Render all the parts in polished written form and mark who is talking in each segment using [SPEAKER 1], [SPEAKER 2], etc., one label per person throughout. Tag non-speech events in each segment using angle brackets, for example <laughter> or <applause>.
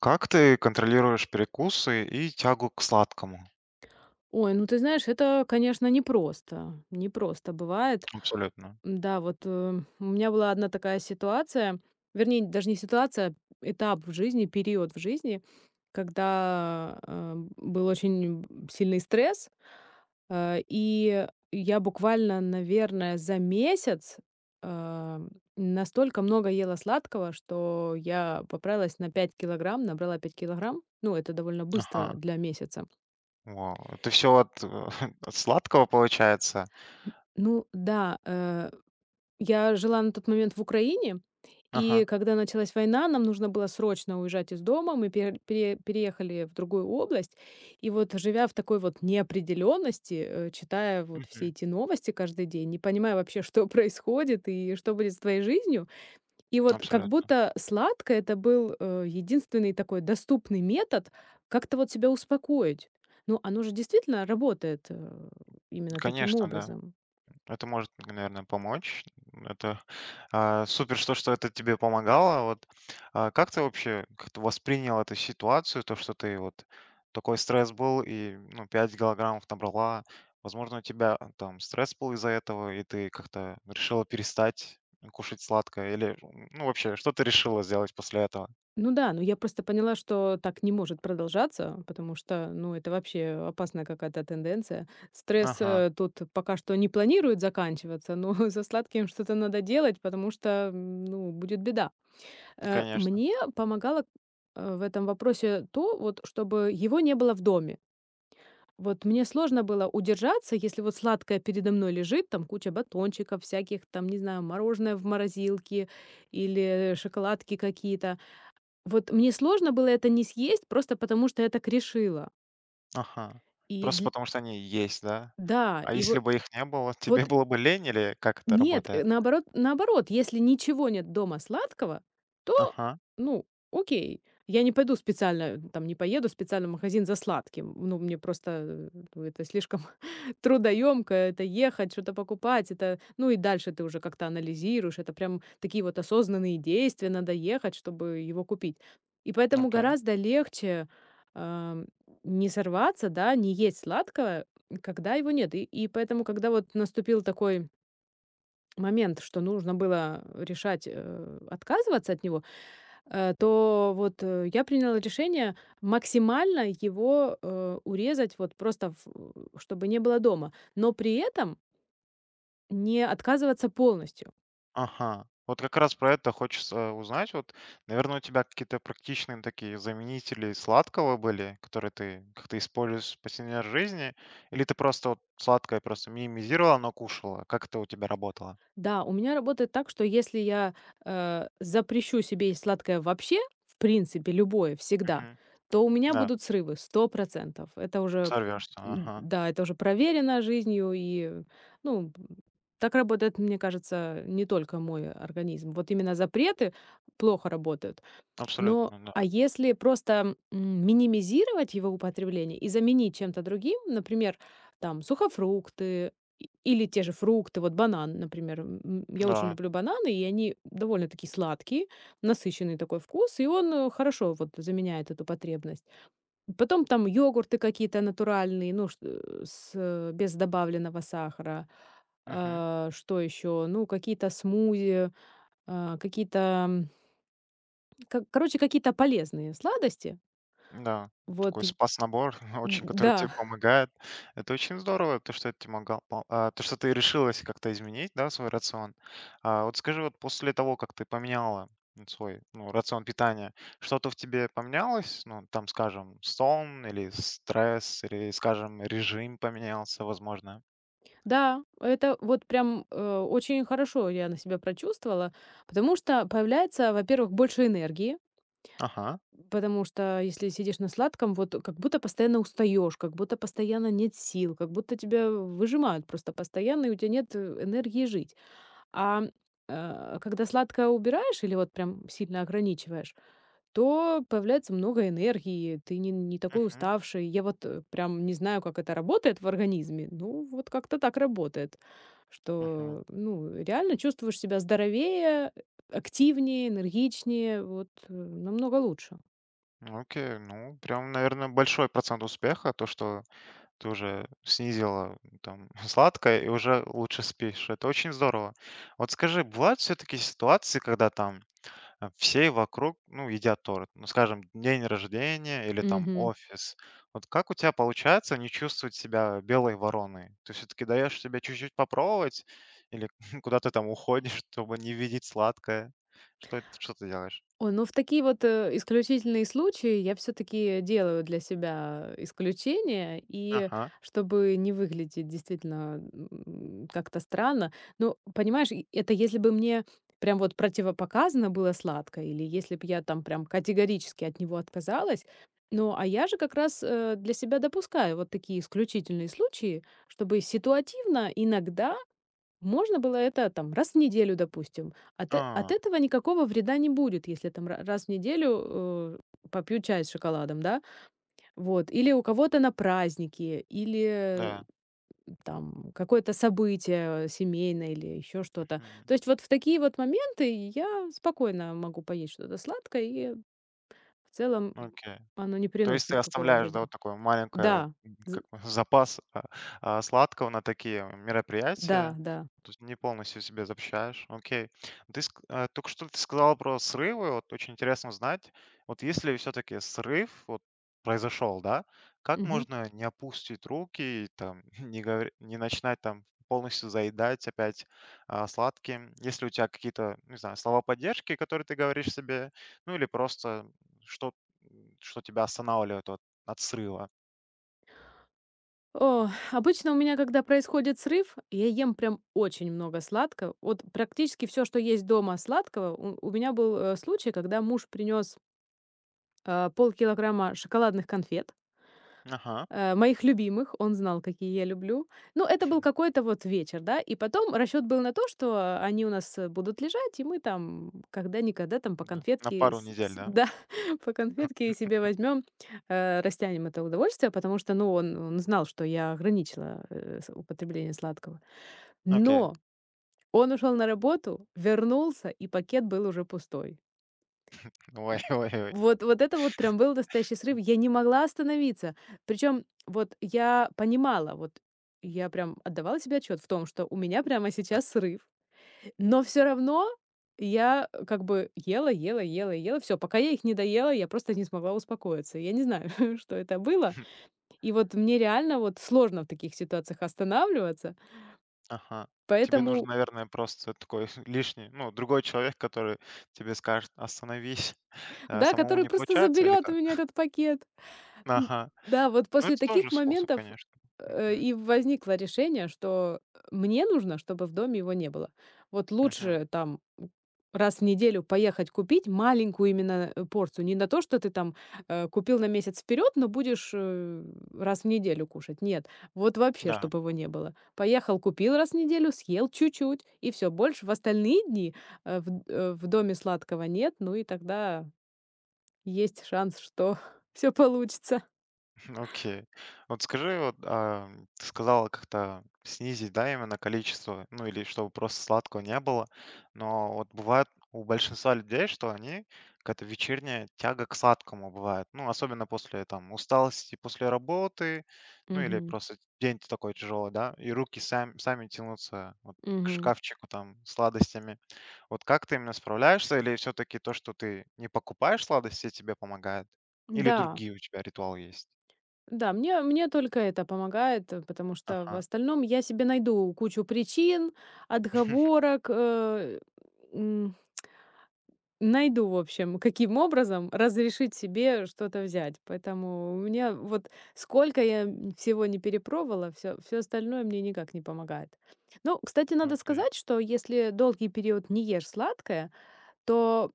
[SPEAKER 1] Как ты контролируешь перекусы и тягу к сладкому?
[SPEAKER 2] Ой, ну ты знаешь, это, конечно, непросто. Непросто бывает.
[SPEAKER 1] Абсолютно.
[SPEAKER 2] Да, у меня была одна такая ситуация, вернее, даже не ситуация, этап в жизни, период в жизни, когда был очень сильный стресс, и я буквально, наверное, за месяц э, настолько много ела сладкого, что я поправилась на 5 килограмм, набрала 5 килограмм. Ну, это довольно быстро
[SPEAKER 1] Ага.
[SPEAKER 2] для месяца.
[SPEAKER 1] Вау. Это все <laughs> от сладкого получается?
[SPEAKER 2] Ну да. Я жила на тот момент в Украине,
[SPEAKER 1] Ага.
[SPEAKER 2] и когда началась война, нам нужно было срочно уезжать из дома. Мы переехали в другую область. И вот живя в такой вот неопределенности, читая вот все
[SPEAKER 1] Мгм.
[SPEAKER 2] эти новости каждый день, не понимая вообще, что <laughs> происходит и что будет с твоей жизнью. И вот как
[SPEAKER 1] Абсолютно.
[SPEAKER 2] будто сладко это был единственный такой доступный метод как-то вот себя успокоить. Ну, оно же действительно работает именно таким
[SPEAKER 1] Конечно, да.
[SPEAKER 2] образом.
[SPEAKER 1] Это может, наверное, помочь. Это супер, что это тебе помогало. Вот, как ты вообще как-то воспринял эту ситуацию, то, что ты вот такой стресс был и, ну, 5 килограммов набрала. Возможно, у тебя, там стресс был из-за этого, и ты как-то решила перестать кушать сладкое. Или, ну, вообще, что ты решила сделать после этого?
[SPEAKER 2] Ну да, но я просто поняла, что так не может продолжаться, потому что, ну, это вообще опасная какая-то тенденция. Стресс
[SPEAKER 1] Ага,
[SPEAKER 2] э, тут пока что не планирует заканчиваться, но <laughs> со сладким что-то надо делать, потому что, ну, будет беда.
[SPEAKER 1] ну, конечно.
[SPEAKER 2] Мне помогало в этом вопросе то, вот, чтобы его не было в доме. Вот мне сложно было удержаться, если вот сладкое передо мной лежит, там куча батончиков всяких, там, не знаю, мороженое в морозилке или шоколадки какие-то. Вот мне сложно было это не съесть просто потому, что я так решила.
[SPEAKER 1] Ага.
[SPEAKER 2] И
[SPEAKER 1] Просто
[SPEAKER 2] дл
[SPEAKER 1] потому что они есть, да?
[SPEAKER 2] Да,
[SPEAKER 1] А
[SPEAKER 2] и
[SPEAKER 1] если
[SPEAKER 2] вот
[SPEAKER 1] бы их не было, <laughs> тебе
[SPEAKER 2] вот
[SPEAKER 1] было бы лень или как это
[SPEAKER 2] нет,
[SPEAKER 1] работает?
[SPEAKER 2] наоборот, если ничего нет дома сладкого, то,
[SPEAKER 1] Ага,
[SPEAKER 2] ну, окей. Я не пойду специально, там, не поеду специально в магазин за сладким. Ну, мне просто, ну, это слишком <laughs> трудоёмко, это ехать, что-то покупать, это ну и дальше ты уже как-то анализируешь. Это прям такие вот осознанные действия, надо ехать, чтобы его купить. И поэтому
[SPEAKER 1] окей.
[SPEAKER 2] гораздо легче, ам, не сорваться, да, не есть сладкого, когда его нет. И поэтому, когда вот наступил такой момент, что нужно было решать, отказываться от него, то вот, я приняла решение максимально его, урезать, вот просто в чтобы не было дома, но при этом не отказываться полностью.
[SPEAKER 1] Ага. Вот как раз про это хочется узнать. Вот, наверное, у тебя какие-то практичные такие заменители сладкого были, которые ты как-то используешь в повседневной жизни? Или ты просто вот сладкое просто минимизировала, но кушала? Как это у тебя работало?
[SPEAKER 2] Да, у меня работает так, что если я, запрещу себе есть сладкое вообще, в принципе, любое, всегда,
[SPEAKER 1] Мгм.
[SPEAKER 2] то у меня
[SPEAKER 1] Да,
[SPEAKER 2] будут срывы 100%. Это уже,
[SPEAKER 1] сорвешься. Ага.
[SPEAKER 2] да, это уже проверено жизнью и, ну, так работает, мне кажется, не только мой организм. Вот именно запреты плохо работают. Но,
[SPEAKER 1] Абсолютно, да.
[SPEAKER 2] а если просто, минимизировать его употребление и заменить чем-то другим, например, там сухофрукты или те же фрукты, вот банан, например. М, я очень
[SPEAKER 1] Да.
[SPEAKER 2] люблю бананы, и они довольно-таки сладкие, насыщенный такой вкус, и он, хорошо вот заменяет эту потребность. Потом там йогурты какие-то натуральные, ну, шт э, с, э, без добавленного сахара.
[SPEAKER 1] Мгм.
[SPEAKER 2] А, что еще? Ну, какие-то смузи, а, какие-то какие-то полезные сладости.
[SPEAKER 1] Да, такой
[SPEAKER 2] Вот и
[SPEAKER 1] спас-набор, <laughs> очень, который тебе
[SPEAKER 2] да,
[SPEAKER 1] помогает. Это очень здорово, то, что это тебе могал, то, что ты решилась как-то изменить, да, свой рацион. А вот скажи, вот после того, как ты поменяла, свой, ну, рацион питания, что-то в тебе поменялось? Ну, там, скажем, сон или стресс, или, скажем, режим поменялся, возможно.
[SPEAKER 2] <laughs> да, это вот прям, очень хорошо я на себя прочувствовала, потому что появляется, во-первых, больше энергии,
[SPEAKER 1] Ага.
[SPEAKER 2] потому что если сидишь на сладком, вот как будто постоянно устаешь, как будто постоянно нет сил, как будто тебя выжимают просто постоянно, и у тебя нет, энергии жить. А, Когда сладкое убираешь или вот прям сильно ограничиваешь, то появляется много энергии, ты не такой
[SPEAKER 1] Мгм.
[SPEAKER 2] уставший. Я вот, прям не знаю, как это работает в организме, ну, вот как-то так работает,
[SPEAKER 1] Мгм.
[SPEAKER 2] что, ну, реально чувствуешь себя здоровее, активнее, энергичнее, вот, намного лучше.
[SPEAKER 1] Ну, окей, ну, прям, наверное, большой процент успеха, то, что тоже снизила, там, <laughs> сладкое, и уже лучше спишь. Это очень здорово. Вот скажи, бывают все-таки ситуации, когда там, все вокруг, ну, едят торт? Ну, скажем, день рождения или там офис. Вот как у тебя получается не чувствовать себя белой вороной? Ты все-таки даешь себе чуть-чуть попробовать или <laughs> куда ты там уходишь, чтобы не видеть сладкое? Что ты делаешь?
[SPEAKER 2] Ой, ну в такие вот исключительные случаи я все-таки делаю для себя исключения, и
[SPEAKER 1] Ага.
[SPEAKER 2] чтобы не выглядеть действительно как-то странно. Ну, понимаешь, и это если бы мне прям вот противопоказано было сладкое, или если бы я там прям категорически от него отказалась. Ну, а я же как раз для себя допускаю вот такие исключительные случаи, чтобы ситуативно иногда можно было это там раз в неделю, допустим. От, от
[SPEAKER 1] А,
[SPEAKER 2] этого никакого вреда не будет, если там раз в неделю попью чай с шоколадом, да? Вот. Или у кого-то на праздники, или
[SPEAKER 1] да.
[SPEAKER 2] там какое-то событие семейное или еще что-то.
[SPEAKER 1] Мгм.
[SPEAKER 2] То есть вот в такие вот моменты я спокойно могу поесть что-то сладкое, и в целом
[SPEAKER 1] Окей.
[SPEAKER 2] оно не
[SPEAKER 1] То
[SPEAKER 2] приносит
[SPEAKER 1] есть ты
[SPEAKER 2] никакого
[SPEAKER 1] оставляешь, да,
[SPEAKER 2] вреда.
[SPEAKER 1] вот такое маленькое,
[SPEAKER 2] Да, з-
[SPEAKER 1] как бы <laughs> запас, сладкого на такие мероприятия.
[SPEAKER 2] да, да.
[SPEAKER 1] То есть не полностью себе запрещаешь. Окей. Только что ты сказала про срывы. Вот очень интересно знать. Вот если все-таки срыв вот произошел, да, как
[SPEAKER 2] Мгм.
[SPEAKER 1] можно не опустить руки и там <laughs> не начинать там полностью заедать опять, сладким? Есть у тебя какие-то, не знаю, слова поддержки, которые ты говоришь себе? Ну или просто что, что тебя останавливает от срыва.
[SPEAKER 2] О, обычно у меня, когда происходит срыв, я ем прям очень много сладкого. Вот практически все, что есть дома сладкого. У меня был случай, когда муж принес полкилограмма шоколадных конфет
[SPEAKER 1] Ага,
[SPEAKER 2] моих любимых. Он знал, какие я люблю. Ну, это был какой-то вот вечер, да. И потом расчет был на то, что они у нас будут лежать, и мы там когда-никогда там по
[SPEAKER 1] да. На
[SPEAKER 2] конфетке,
[SPEAKER 1] пару недель,
[SPEAKER 2] <laughs>
[SPEAKER 1] да?
[SPEAKER 2] да, по конфетке себе возьмем, растянем это удовольствие, потому что, ну, он знал, что я ограничила употребление сладкого.
[SPEAKER 1] Окей.
[SPEAKER 2] Но он ушел на работу, вернулся, и пакет был уже пустой.
[SPEAKER 1] Ой, <laughs> ой, ой.
[SPEAKER 2] Вот вот это вот прям был настоящий срыв.
[SPEAKER 1] М.
[SPEAKER 2] Я не могла остановиться. Причем вот я понимала, вот я прям отдавала себе отчет в том, что у меня прямо
[SPEAKER 1] Да.
[SPEAKER 2] сейчас срыв. Но все равно я, как бы ела, ела, ела, ела, все, пока я их не доела, я просто не смогла успокоиться. Я не знаю, <laughs> что это было.
[SPEAKER 1] <laughs>
[SPEAKER 2] И вот мне реально вот сложно в таких ситуациях останавливаться.
[SPEAKER 1] Ага. Тебе нужен,
[SPEAKER 2] Поэтому,
[SPEAKER 1] наверное, просто такой <laughs> лишний, ну, другой человек, который тебе скажет: "Остановись". <laughs>
[SPEAKER 2] да,
[SPEAKER 1] Самому
[SPEAKER 2] который
[SPEAKER 1] не
[SPEAKER 2] просто
[SPEAKER 1] получается или
[SPEAKER 2] заберет у
[SPEAKER 1] как?
[SPEAKER 2] меня этот пакет. М,
[SPEAKER 1] Ага.
[SPEAKER 2] да, вот
[SPEAKER 1] Ну,
[SPEAKER 2] после
[SPEAKER 1] это тоже
[SPEAKER 2] таких
[SPEAKER 1] способ,
[SPEAKER 2] моментов,
[SPEAKER 1] конечно. Мгм.
[SPEAKER 2] и возникло решение, что мне нужно, чтобы в доме его не было. Вот
[SPEAKER 1] Мгм.
[SPEAKER 2] лучше там, раз в неделю поехать купить маленькую именно, порцию. Не на то, что ты там, купил на месяц вперед, но будешь, раз в неделю кушать. Нет, вот вообще,
[SPEAKER 1] Да.
[SPEAKER 2] чтобы его не было. Поехал, купил раз в неделю, съел чуть-чуть, и все. Больше в остальные дни, в доме сладкого нет, ну и тогда есть шанс, что <laughs> все получится.
[SPEAKER 1] Окей. Вот скажи, вот, ты сказала как-то снизить, да, именно количество, ну или чтобы просто сладкого не было. Но вот бывает у большинства людей, что они, какая-то вечерняя тяга к сладкому бывает. Ну, особенно после там усталости, после работы, ну или
[SPEAKER 2] Мгм.
[SPEAKER 1] просто день такой тяжелый, да, и руки сами, сами тянутся вот к
[SPEAKER 2] Мгм.
[SPEAKER 1] шкафчику там с сладостями. Вот как ты именно справляешься, или все-таки то, что ты не покупаешь сладости, тебе помогает? Или
[SPEAKER 2] Да,
[SPEAKER 1] другие у тебя ритуалы есть?
[SPEAKER 2] да, мне только это помогает, потому что в
[SPEAKER 1] Ага.
[SPEAKER 2] остальном я себе найду кучу причин,
[SPEAKER 1] <laughs>
[SPEAKER 2] отговорок, м, найду, в общем, каким образом разрешить себе что-то взять. Поэтому у меня вот сколько всего не перепробовала, все, все остальное мне никак не помогает. Ну, кстати, надо
[SPEAKER 1] Окей.
[SPEAKER 2] сказать, что если долгий период не ешь сладкое, то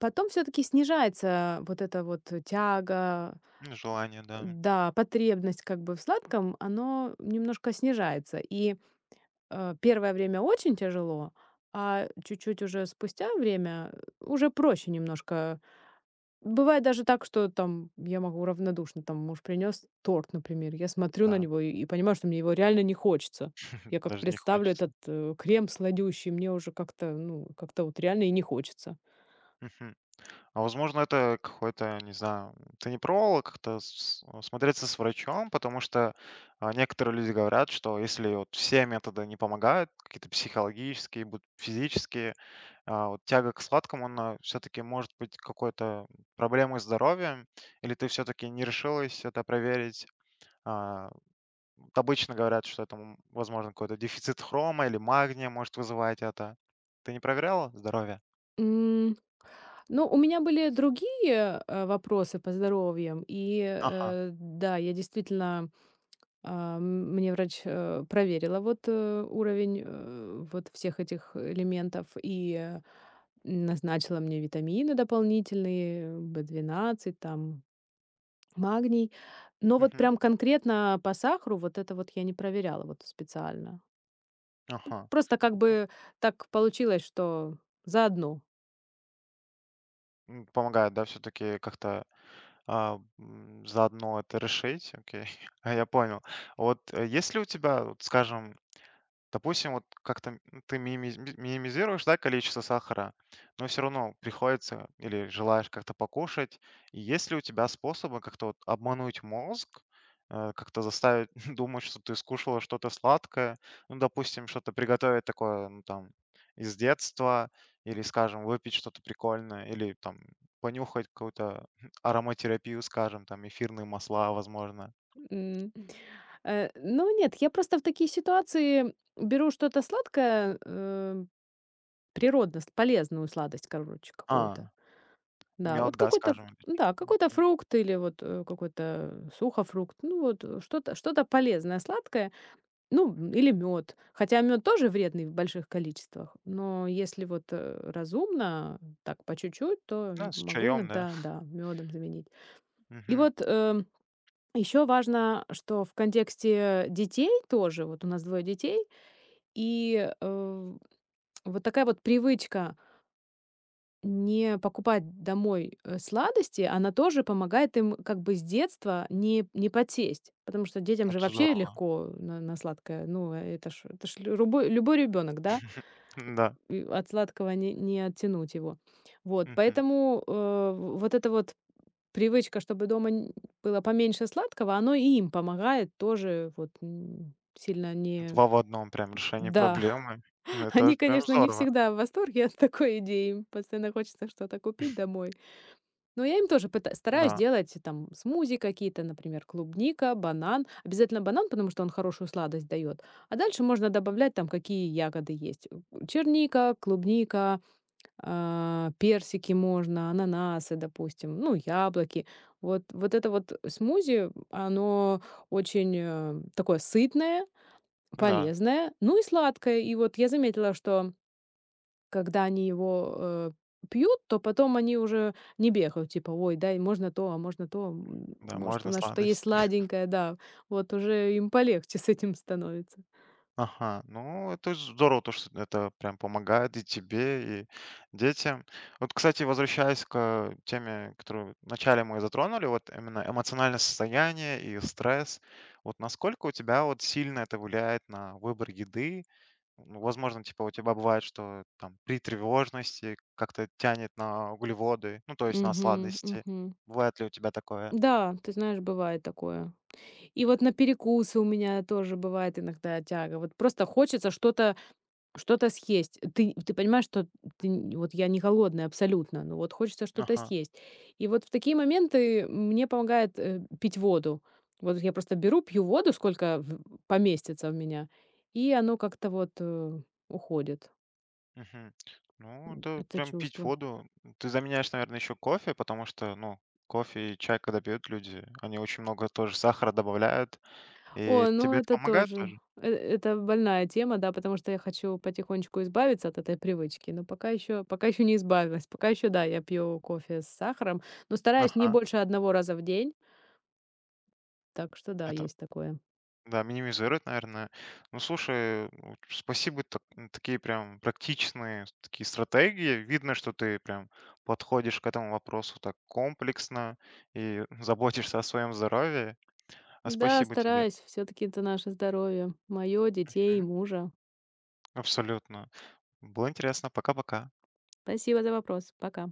[SPEAKER 2] потом все-таки снижается вот эта вот тяга.
[SPEAKER 1] Ну, желание, да.
[SPEAKER 2] Да, потребность как бы в сладком, оно немножко снижается. И, первое время очень тяжело, а чуть-чуть уже спустя время уже проще немножко. Бывает даже так, что там я могу равнодушно, там муж принес торт, например, я смотрю на
[SPEAKER 1] Да,
[SPEAKER 2] него и понимаю, что мне его реально не хочется.
[SPEAKER 1] <laughs>
[SPEAKER 2] Я как
[SPEAKER 1] даже не
[SPEAKER 2] представлю этот,
[SPEAKER 1] хочется.
[SPEAKER 2] крем сладющий, мне уже как-то, ну, как-то вот реально и не хочется.
[SPEAKER 1] Мгм. А возможно, это какой-то, не знаю, ты не пробовала как-то смотреться с врачом, потому что, некоторые люди говорят, что если вот все методы не помогают, какие-то психологические, будут физические, вот тяга к сладкому, она все-таки может быть какой-то проблемой с здоровьем, или ты все-таки не решилась это проверить, а, Вот обычно говорят, что это, возможно, какой-то дефицит хрома или магния может вызывать это. Ты не проверяла здоровье?
[SPEAKER 2] Ну, у меня были другие, вопросы по здоровьям. И,
[SPEAKER 1] Ага.
[SPEAKER 2] да, я действительно, мне врач, проверила вот, уровень, вот всех этих элементов и, назначила мне витамины дополнительные, B12, там, магний. Но вот
[SPEAKER 1] Мгм.
[SPEAKER 2] прям конкретно по сахару вот это вот я не проверяла вот специально.
[SPEAKER 1] Ага.
[SPEAKER 2] Просто как
[SPEAKER 1] Ну,
[SPEAKER 2] бы так получилось, что заодно.
[SPEAKER 1] помогает, да, все-таки как-то, заодно это решить. Окей. <laughs> Я понял. Вот, есть ли у тебя, вот, скажем, допустим, вот как-то ты минимизируешь, да, количество сахара, но все равно приходится или желаешь как-то покушать. И есть ли у тебя способы как-то вот обмануть мозг, как-то заставить <laughs> думать, что ты скушала что-то сладкое, ну, допустим, что-то приготовить такое, ну, там, из детства, или, скажем, выпить что-то прикольное, или, там, понюхать какую-то <laughs> ароматерапию, скажем, там, эфирные масла, возможно.
[SPEAKER 2] М. Ну нет, я просто в такие ситуации беру что-то сладкое, природно, с полезную сладость, короче,
[SPEAKER 1] А,
[SPEAKER 2] какую-то. Да,
[SPEAKER 1] мед,
[SPEAKER 2] вот
[SPEAKER 1] да,
[SPEAKER 2] какой-то,
[SPEAKER 1] скажем.
[SPEAKER 2] да, какой-то
[SPEAKER 1] или-
[SPEAKER 2] фрукт или вот какой-то сухофрукт, ну вот что-то полезное, сладкое, ну или мед. Хотя мед тоже вредный в больших количествах, но если вот разумно, так по чуть-чуть, то
[SPEAKER 1] Ну, с
[SPEAKER 2] могу
[SPEAKER 1] чаем, да.
[SPEAKER 2] иногда, да, медом заменить.
[SPEAKER 1] <laughs>
[SPEAKER 2] И
[SPEAKER 1] Мгм.
[SPEAKER 2] вот эм, еще важно, что в контексте детей тоже, вот у нас двое детей, и, вот такая вот привычка не покупать домой, сладости, она тоже помогает им как бы с детства не подсесть. Потому что детям же
[SPEAKER 1] Это
[SPEAKER 2] вообще
[SPEAKER 1] здорово.
[SPEAKER 2] легко на сладкое. Ну, это ж любой ребенок, да?
[SPEAKER 1] <laughs> Да.
[SPEAKER 2] И от сладкого не оттянуть его. Вот,
[SPEAKER 1] Мгм.
[SPEAKER 2] поэтому, вот это вот привычка, чтобы дома н было поменьше сладкого, оно и им помогает тоже вот, сильно не.
[SPEAKER 1] 2 в одном, прям решение
[SPEAKER 2] Да,
[SPEAKER 1] проблемы.
[SPEAKER 2] <laughs>
[SPEAKER 1] Это
[SPEAKER 2] они,
[SPEAKER 1] прям
[SPEAKER 2] конечно, не
[SPEAKER 1] здорово.
[SPEAKER 2] всегда в восторге от такой идеи, им постоянно хочется что-то купить домой. Но я им тоже пыта стараюсь
[SPEAKER 1] Да,
[SPEAKER 2] делать там смузи какие-то, например, клубника, банан. Обязательно банан, потому что он хорошую сладость дает, а дальше можно добавлять там, какие ягоды есть: черника, клубника, персики можно, ананасы, допустим, ну, яблоки. Вот, вот это вот смузи, оно очень такое сытное,
[SPEAKER 1] да,
[SPEAKER 2] полезное, ну и сладкое. И вот я заметила, что когда они его пьют, то потом они уже не бегают, типа, ой, дай, можно то, а можно то,
[SPEAKER 1] да,
[SPEAKER 2] может, у
[SPEAKER 1] можно
[SPEAKER 2] нас что-то есть
[SPEAKER 1] сладости. <laughs>
[SPEAKER 2] сладенькое, да. Вот уже им полегче с этим становится.
[SPEAKER 1] Ага, ну это здорово, то, что это прям помогает и тебе, и детям. Вот, кстати, возвращаясь к теме, которую вначале мы затронули, вот именно эмоциональное состояние и стресс. Вот насколько у тебя вот сильно это влияет на выбор еды. Ну, возможно, типа у тебя бывает, что там при тревожности как-то тянет на углеводы, ну, то есть на
[SPEAKER 2] Мгм,
[SPEAKER 1] сладости.
[SPEAKER 2] мгм.
[SPEAKER 1] Бывает ли у тебя такое?
[SPEAKER 2] Да, ты знаешь, бывает такое. И вот на перекусы у меня тоже бывает иногда тяга. Вот просто хочется что-то что-то съесть. Ты понимаешь, что ты н вот я не голодная абсолютно, но вот хочется что-то
[SPEAKER 1] Ага.
[SPEAKER 2] съесть. И вот в такие моменты мне помогает, пить воду. Вот я просто беру, пью воду, сколько в поместится в меня, и оно как-то вот, уходит,
[SPEAKER 1] Мгм. Ну, это
[SPEAKER 2] это
[SPEAKER 1] прям пить
[SPEAKER 2] чувство.
[SPEAKER 1] воду. Ты заменяешь, наверное, еще кофе, потому что, ну, кофе и чай, когда пьют люди, они очень много тоже сахара добавляют. И
[SPEAKER 2] О, ну
[SPEAKER 1] тебе это
[SPEAKER 2] это
[SPEAKER 1] помогает
[SPEAKER 2] тоже.
[SPEAKER 1] тоже?
[SPEAKER 2] Э это больная тема, да, потому что я хочу потихонечку избавиться от этой привычки, но пока еще не избавилась. Пока еще, да, я пью кофе с сахаром, но стараюсь не
[SPEAKER 1] Ага.
[SPEAKER 2] больше одного раза в день. Так что да,
[SPEAKER 1] Это
[SPEAKER 2] есть такое.
[SPEAKER 1] Да, минимизирует, наверное. Ну, слушай, ну, спасибо, ну, такие прям практичные такие стратегии. Видно, что ты прям подходишь к этому вопросу так комплексно и <laughs> заботишься о своем здоровье. А
[SPEAKER 2] Да,
[SPEAKER 1] спасибо тебе.
[SPEAKER 2] стараюсь. Все-таки это наше здоровье. Мое, детей,
[SPEAKER 1] Мгм.
[SPEAKER 2] мужа.
[SPEAKER 1] Абсолютно. Было интересно. Пока-пока.
[SPEAKER 2] Спасибо за вопрос. Пока.